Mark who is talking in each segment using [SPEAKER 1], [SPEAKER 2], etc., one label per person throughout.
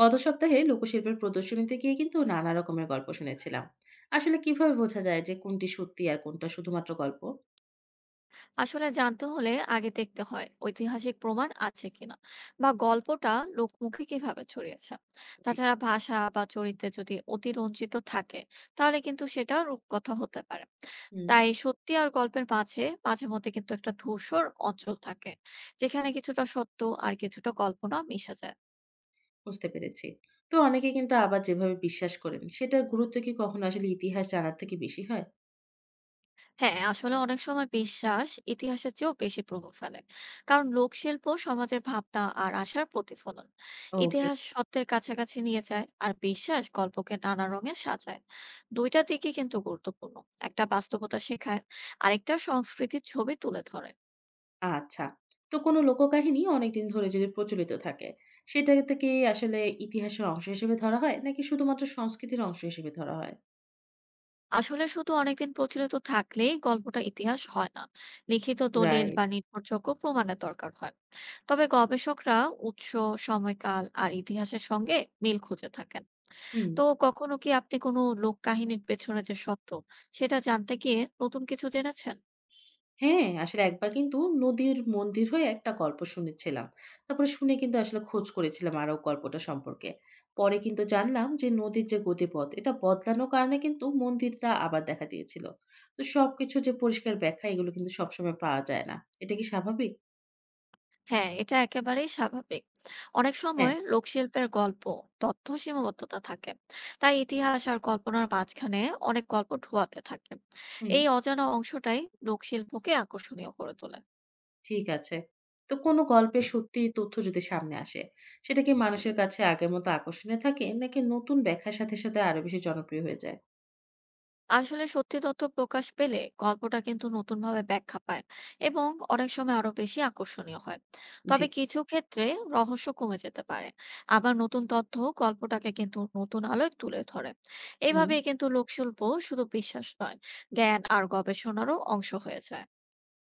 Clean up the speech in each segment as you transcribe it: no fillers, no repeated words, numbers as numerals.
[SPEAKER 1] গত সপ্তাহে লোকশিল্পের প্রদর্শনীতে গিয়ে কিন্তু নানা রকমের গল্প শুনেছিলাম। আসলে কিভাবে বোঝা যায় যে কোনটি সত্যি আর কোনটা শুধুমাত্র গল্প?
[SPEAKER 2] আসলে জানতে হলে আগে দেখতে হয় ঐতিহাসিক প্রমাণ আছে কিনা, বা গল্পটা লোকমুখে কিভাবে ছড়িয়েছে।
[SPEAKER 1] জি।
[SPEAKER 2] তাছাড়া ভাষা বা চরিত্রে যদি অতিরঞ্জিত থাকে, তাহলে কিন্তু সেটা রূপকথা হতে পারে।
[SPEAKER 1] হুম।
[SPEAKER 2] তাই সত্যি আর গল্পের মাঝে মাঝে মধ্যে কিন্তু একটা ধূসর অঞ্চল থাকে, যেখানে কিছুটা সত্য আর কিছুটা কল্পনা মিশে যায়।
[SPEAKER 1] বুঝতে পেরেছি। তো অনেকে কিন্তু আবার যেভাবে বিশ্বাস করেন সেটার গুরুত্ব কি কখনো আসলে ইতিহাস জানার থেকে বেশি হয়?
[SPEAKER 2] হ্যাঁ, আসলে অনেক সময় বিশ্বাস ইতিহাসের চেয়েও বেশি প্রভাব ফেলে, কারণ লোকশিল্প সমাজের ভাবনা আর আশার প্রতিফলন।
[SPEAKER 1] ওকে।
[SPEAKER 2] ইতিহাস সত্যের কাছাকাছি নিয়ে যায়, আর বিশ্বাস গল্পকে নানা রঙে সাজায়। দুইটা দিকই কিন্তু গুরুত্বপূর্ণ। একটা বাস্তবতা শেখায়, আরেকটা সংস্কৃতির ছবি তুলে ধরে।
[SPEAKER 1] আচ্ছা। তো কোনো লোককাহিনী অনেকদিন ধরে যদি প্রচলিত থাকে, সেটাকে কি আসলে ইতিহাসের অংশ হিসেবে ধরা হয় নাকি শুধুমাত্র সংস্কৃতির অংশ হিসেবে ধরা হয়?
[SPEAKER 2] আসলে শুধু অনেকদিন প্রচলিত থাকলেই গল্পটা ইতিহাস হয় না, লিখিত দলিল
[SPEAKER 1] রাইট।
[SPEAKER 2] বা নির্ভরযোগ্য প্রমাণের দরকার হয়। তবে গবেষকরা উৎস, সময়কাল আর ইতিহাসের সঙ্গে মিল খুঁজে থাকেন।
[SPEAKER 1] হুম।
[SPEAKER 2] তো কখনো কি আপনি কোনো লোক কাহিনীর পেছনে যে সত্য, সেটা জানতে গিয়ে নতুন কিছু জেনেছেন?
[SPEAKER 1] হ্যাঁ, আসলে একবার কিন্তু নদীর মন্দির হয়ে একটা গল্প শুনেছিলাম। তারপরে শুনে কিন্তু আসলে খোঁজ করেছিলাম আরো গল্পটা সম্পর্কে। পরে কিন্তু জানলাম যে নদীর যে গতিপথ এটা বদলানোর কারণে কিন্তু মন্দিরটা আবার দেখা দিয়েছিল। তো সবকিছু যে পরিষ্কার ব্যাখ্যা এগুলো কিন্তু সবসময় পাওয়া যায় না। এটা কি স্বাভাবিক?
[SPEAKER 2] হ্যাঁ, এটা একেবারেই স্বাভাবিক। অনেক
[SPEAKER 1] হ্যাঁ,
[SPEAKER 2] সময় লোকশিল্পের গল্প, তথ্য সীমাবদ্ধতা থাকে। তাই ইতিহাস আর কল্পনার মাঝখানে অনেক গল্প ঢুয়াতে থাকে।
[SPEAKER 1] হুম,
[SPEAKER 2] এই অজানা অংশটাই লোকশিল্পকে আকর্ষণীয় করে তোলে।
[SPEAKER 1] ঠিক আছে। তো কোনো গল্পে সত্যিই তথ্য যদি সামনে আসে, সেটা কি মানুষের কাছে আগের মতো আকর্ষণীয় থাকে নাকি নতুন ব্যাখ্যার সাথে, সাথে আরো বেশি জনপ্রিয় হয়ে যায়?
[SPEAKER 2] আসলে সত্যি তথ্য প্রকাশ পেলে গল্পটা কিন্তু নতুনভাবে ব্যাখ্যা পায়, এবং অনেক সময় আরো বেশি আকর্ষণীয় হয়।
[SPEAKER 1] জি।
[SPEAKER 2] তবে কিছু ক্ষেত্রে রহস্য কমে যেতে পারে। আবার নতুন তথ্য গল্পটাকে কিন্তু নতুন আলোয় তুলে ধরে।
[SPEAKER 1] হুম।
[SPEAKER 2] এইভাবে কিন্তু লোকশিল্প শুধু বিশ্বাস নয়, জ্ঞান আর গবেষণারও অংশ হয়ে যায়।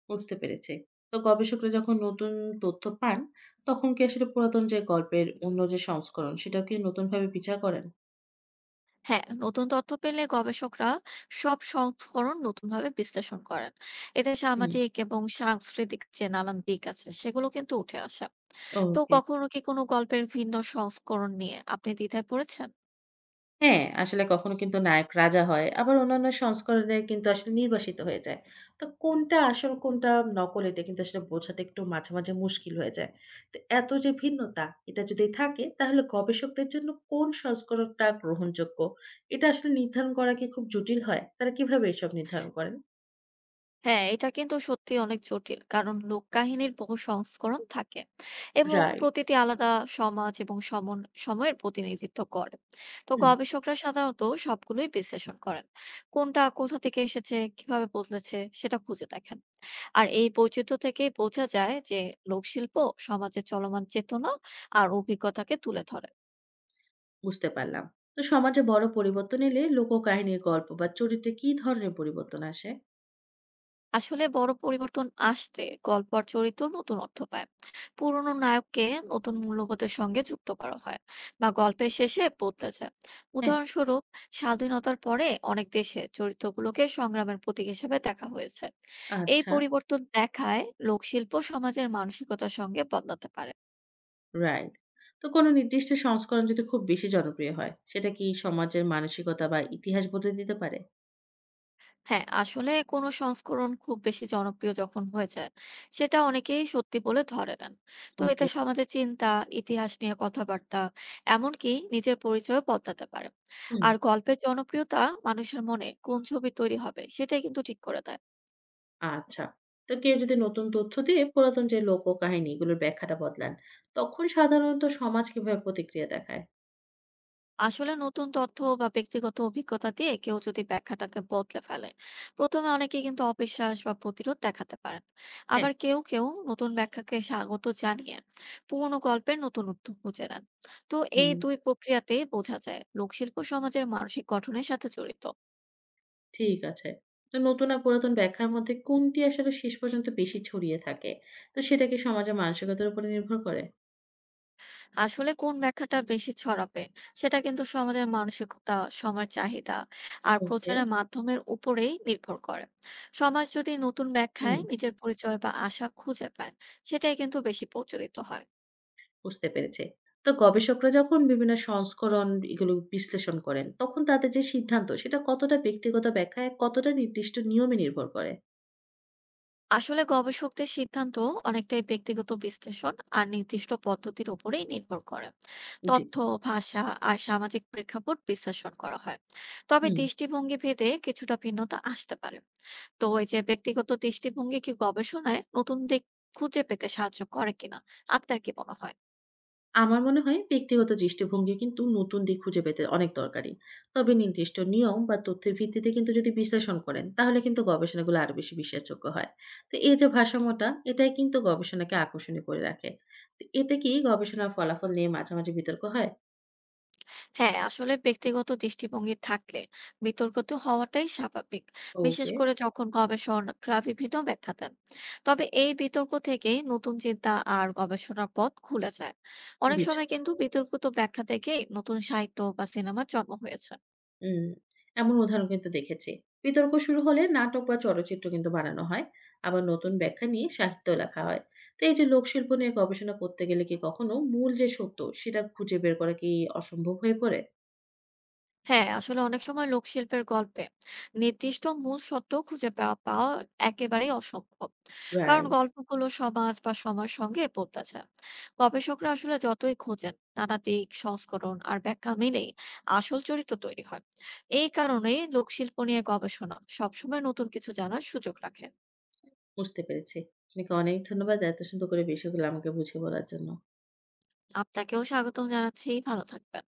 [SPEAKER 1] বুঝতে পেরেছি। তো গবেষকরা যখন নতুন তথ্য পান, তখন কি আসলে পুরাতন যে গল্পের অন্য যে সংস্করণ, সেটাও কি নতুনভাবে বিচার করেন?
[SPEAKER 2] হ্যাঁ, নতুন তথ্য পেলে গবেষকরা সব সংস্করণ নতুনভাবে বিশ্লেষণ করেন। এতে
[SPEAKER 1] হুম,
[SPEAKER 2] সামাজিক এবং সাংস্কৃতিক যে নানান দিক আছে, সেগুলো কিন্তু উঠে আসে। তো
[SPEAKER 1] ওকে।
[SPEAKER 2] কখনো কি কোনো গল্পের ভিন্ন সংস্করণ নিয়ে আপনি দ্বিধায় পড়েছেন?
[SPEAKER 1] হ্যাঁ, আসলে কখনো কিন্তু নায়ক রাজা হয়, আবার অন্যান্য সংস্করণে কিন্তু আসলে নির্বাসিত হয়ে যায়। তো কোনটা আসল, কোনটা নকল, এটা কিন্তু আসলে বোঝাটা একটু মাঝে, মাঝে মুশকিল হয়ে যায়। তো এত যে ভিন্নতা, এটা যদি থাকে, তাহলে গবেষকদের জন্য কোন সংস্করণটা গ্রহণযোগ্য, এটা আসলে নির্ধারণ করা কি খুব জটিল হয়? তারা কিভাবে এসব নির্ধারণ করেন?
[SPEAKER 2] হ্যাঁ, এটা কিন্তু সত্যিই অনেক জটিল। কারণ লোককাহিনীর বহু সংস্করণ থাকে, এবং
[SPEAKER 1] রাইট।
[SPEAKER 2] প্রতিটি আলাদা সমাজ এবং সমন সময়ের প্রতিনিধিত্ব করে। তো
[SPEAKER 1] হুম।
[SPEAKER 2] গবেষকরা সাধারণত সবগুলোই বিশ্লেষণ করেন। কোনটা কোথা থেকে এসেছে, কিভাবে বদলেছে সেটা খুঁজে দেখেন। আর এই বৈচিত্র্য থেকেই বোঝা যায় যে লোকশিল্প সমাজের চলমান চেতনা আর অভিজ্ঞতাকে তুলে ধরে।
[SPEAKER 1] বুঝতে পারলাম। তো সমাজে বড় পরিবর্তন এলে লোককাহিনীর গল্প বা চরিত্রে কি ধরনের পরিবর্তন আসে?
[SPEAKER 2] আসলে বড় পরিবর্তন আসতে গল্প আর চরিত্র নতুন অর্থ পায়। পুরনো নায়ককে নতুন মূল্যবোধের সঙ্গে যুক্ত করা হয়, বা গল্পের শেষে বদলে যায়।
[SPEAKER 1] হ্যাঁ,
[SPEAKER 2] উদাহরণস্বরূপ, স্বাধীনতার পরে অনেক দেশে চরিত্রগুলোকে সংগ্রামের প্রতীক হিসেবে দেখা হয়েছে। এই
[SPEAKER 1] আচ্ছা,
[SPEAKER 2] পরিবর্তন দেখায় লোকশিল্প সমাজের মানসিকতার সঙ্গে বদলাতে পারে।
[SPEAKER 1] রাইট। তো কোনো নির্দিষ্ট সংস্করণ যদি খুব বেশি জনপ্রিয় হয়, সেটা কি সমাজের মানসিকতা বা ইতিহাস বদলে দিতে পারে?
[SPEAKER 2] হ্যাঁ, আসলে কোনো সংস্করণ খুব বেশি জনপ্রিয় যখন হয়ে যায়, সেটা অনেকেই সত্যি বলে ধরে নেন। তো
[SPEAKER 1] ওকে,
[SPEAKER 2] এতে সমাজের চিন্তা, ইতিহাস নিয়ে কথাবার্তা, এমনকি নিজের পরিচয়ও বদলাতে পারে।
[SPEAKER 1] হুম,
[SPEAKER 2] আর গল্পের জনপ্রিয়তা মানুষের মনে কোন ছবি তৈরি হবে, সেটাই কিন্তু ঠিক করে দেয়।
[SPEAKER 1] আচ্ছা। তো কেউ যদি নতুন তথ্য দিয়ে পুরাতন যে লোককাহিনী এগুলোর ব্যাখ্যাটা বদলান, তখন সাধারণত সমাজ কিভাবে প্রতিক্রিয়া দেখায়?
[SPEAKER 2] আসলে নতুন তথ্য বা ব্যক্তিগত অভিজ্ঞতা দিয়ে কেউ যদি ব্যাখ্যাটাকে বদলে ফেলে, প্রথমে অনেকে কিন্তু অবিশ্বাস বা প্রতিরোধ দেখাতে পারেন।
[SPEAKER 1] হ্যাঁ,
[SPEAKER 2] আবার কেউ কেউ নতুন ব্যাখ্যাকে স্বাগত জানিয়ে পুরনো গল্পের নতুন উত্তর খুঁজে নেন। তো এই
[SPEAKER 1] হুম।
[SPEAKER 2] দুই প্রক্রিয়াতে বোঝা যায় লোকশিল্প সমাজের মানসিক গঠনের সাথে জড়িত।
[SPEAKER 1] ঠিক আছে। তো নতুন আর পুরাতন ব্যাখ্যার মধ্যে কোনটি আসলে শেষ পর্যন্ত বেশি ছড়িয়ে থাকে? তো সেটা কি সমাজের মানসিকতার উপরে নির্ভর করে?
[SPEAKER 2] আসলে কোন ব্যাখ্যাটা বেশি ছড়াবে, সেটা কিন্তু সমাজের মানসিকতা, সময়ের চাহিদা আর
[SPEAKER 1] ওকে,
[SPEAKER 2] প্রচারের মাধ্যমের উপরেই নির্ভর করে। সমাজ যদি নতুন
[SPEAKER 1] হুম,
[SPEAKER 2] ব্যাখ্যায় নিজের পরিচয় বা আশা খুঁজে পায়, সেটাই কিন্তু বেশি প্রচলিত হয়।
[SPEAKER 1] বুঝতে পেরেছি। তো গবেষকরা যখন বিভিন্ন সংস্করণ এগুলো বিশ্লেষণ করেন, তখন তাদের যে সিদ্ধান্ত সেটা কতটা ব্যক্তিগত ব্যাখ্যায়, কতটা নির্দিষ্ট নিয়মে নির্ভর করে?
[SPEAKER 2] আসলে গবেষকদের সিদ্ধান্ত অনেকটাই ব্যক্তিগত বিশ্লেষণ আর নির্দিষ্ট পদ্ধতির উপরেই নির্ভর করে।
[SPEAKER 1] জি,
[SPEAKER 2] তথ্য, ভাষা আর সামাজিক প্রেক্ষাপট বিশ্লেষণ করা হয়। তবে
[SPEAKER 1] হুম।
[SPEAKER 2] দৃষ্টিভঙ্গি ভেদে কিছুটা ভিন্নতা আসতে পারে। তো এই যে ব্যক্তিগত দৃষ্টিভঙ্গি, কি গবেষণায় নতুন দিক খুঁজে পেতে সাহায্য করে কিনা, আপনার কি মনে হয়?
[SPEAKER 1] আমার মনে হয় ব্যক্তিগত দৃষ্টিভঙ্গি কিন্তু নতুন দিক খুঁজে পেতে অনেক দরকারি। তবে নির্দিষ্ট নিয়ম বা তথ্যের ভিত্তিতে কিন্তু যদি বিশ্লেষণ করেন, তাহলে কিন্তু গবেষণাগুলো আরো বেশি বিশ্বাসযোগ্য হয়। তো এই যে ভারসাম্যটা, এটাই কিন্তু গবেষণাকে আকর্ষণীয় করে রাখে। তো এতে কি গবেষণার ফলাফল নিয়ে মাঝামাঝি বিতর্ক হয়?
[SPEAKER 2] হ্যাঁ, আসলে ব্যক্তিগত দৃষ্টিভঙ্গি থাকলে বিতর্ক তো হওয়াটাই স্বাভাবিক। বিশেষ
[SPEAKER 1] ওকে।
[SPEAKER 2] করে যখন গবেষকরা বিভিন্ন ব্যাখ্যা দেন। তবে এই বিতর্ক থেকে নতুন চিন্তা আর গবেষণার পথ খুলে যায়। অনেক সময়
[SPEAKER 1] বুঝলাম।
[SPEAKER 2] কিন্তু বিতর্কিত ব্যাখ্যা থেকেই নতুন সাহিত্য বা সিনেমার জন্ম হয়েছে।
[SPEAKER 1] উম এমন উদাহরণ কিন্তু দেখেছি। বিতর্ক শুরু হলে নাটক বা চলচ্চিত্র কিন্তু বানানো হয়। আবার নতুন ব্যাখ্যা নিয়ে সাহিত্যও লেখা হয়। তো এই যে লোকশিল্প নিয়ে গবেষণা করতে গেলে কি কখনো মূল যে সত্য সেটা খুঁজে বের করা কি অসম্ভব হয়ে পড়ে?
[SPEAKER 2] হ্যাঁ, আসলে অনেক সময় লোকশিল্পের গল্পে নির্দিষ্ট মূল সত্য খুঁজে পাওয়া পাওয়া একেবারেই অসম্ভব। কারণ
[SPEAKER 1] রাইট,
[SPEAKER 2] গল্পগুলো সমাজ বা সময়ের সঙ্গে বদলেছে। গবেষকরা আসলে যতই খোঁজেন, নানা দিক, সংস্করণ আর ব্যাখ্যা মিলেই আসল চরিত্র তৈরি হয়। এই কারণেই লোকশিল্প নিয়ে গবেষণা সবসময় নতুন কিছু জানার সুযোগ রাখে।
[SPEAKER 1] বুঝতে পেরেছি। আপনাকে অনেক ধন্যবাদ এত সুন্দর করে বিষয়গুলো আমাকে বুঝিয়ে বলার জন্য।
[SPEAKER 2] আপনাকেও স্বাগতম জানাচ্ছি। ভালো থাকবেন।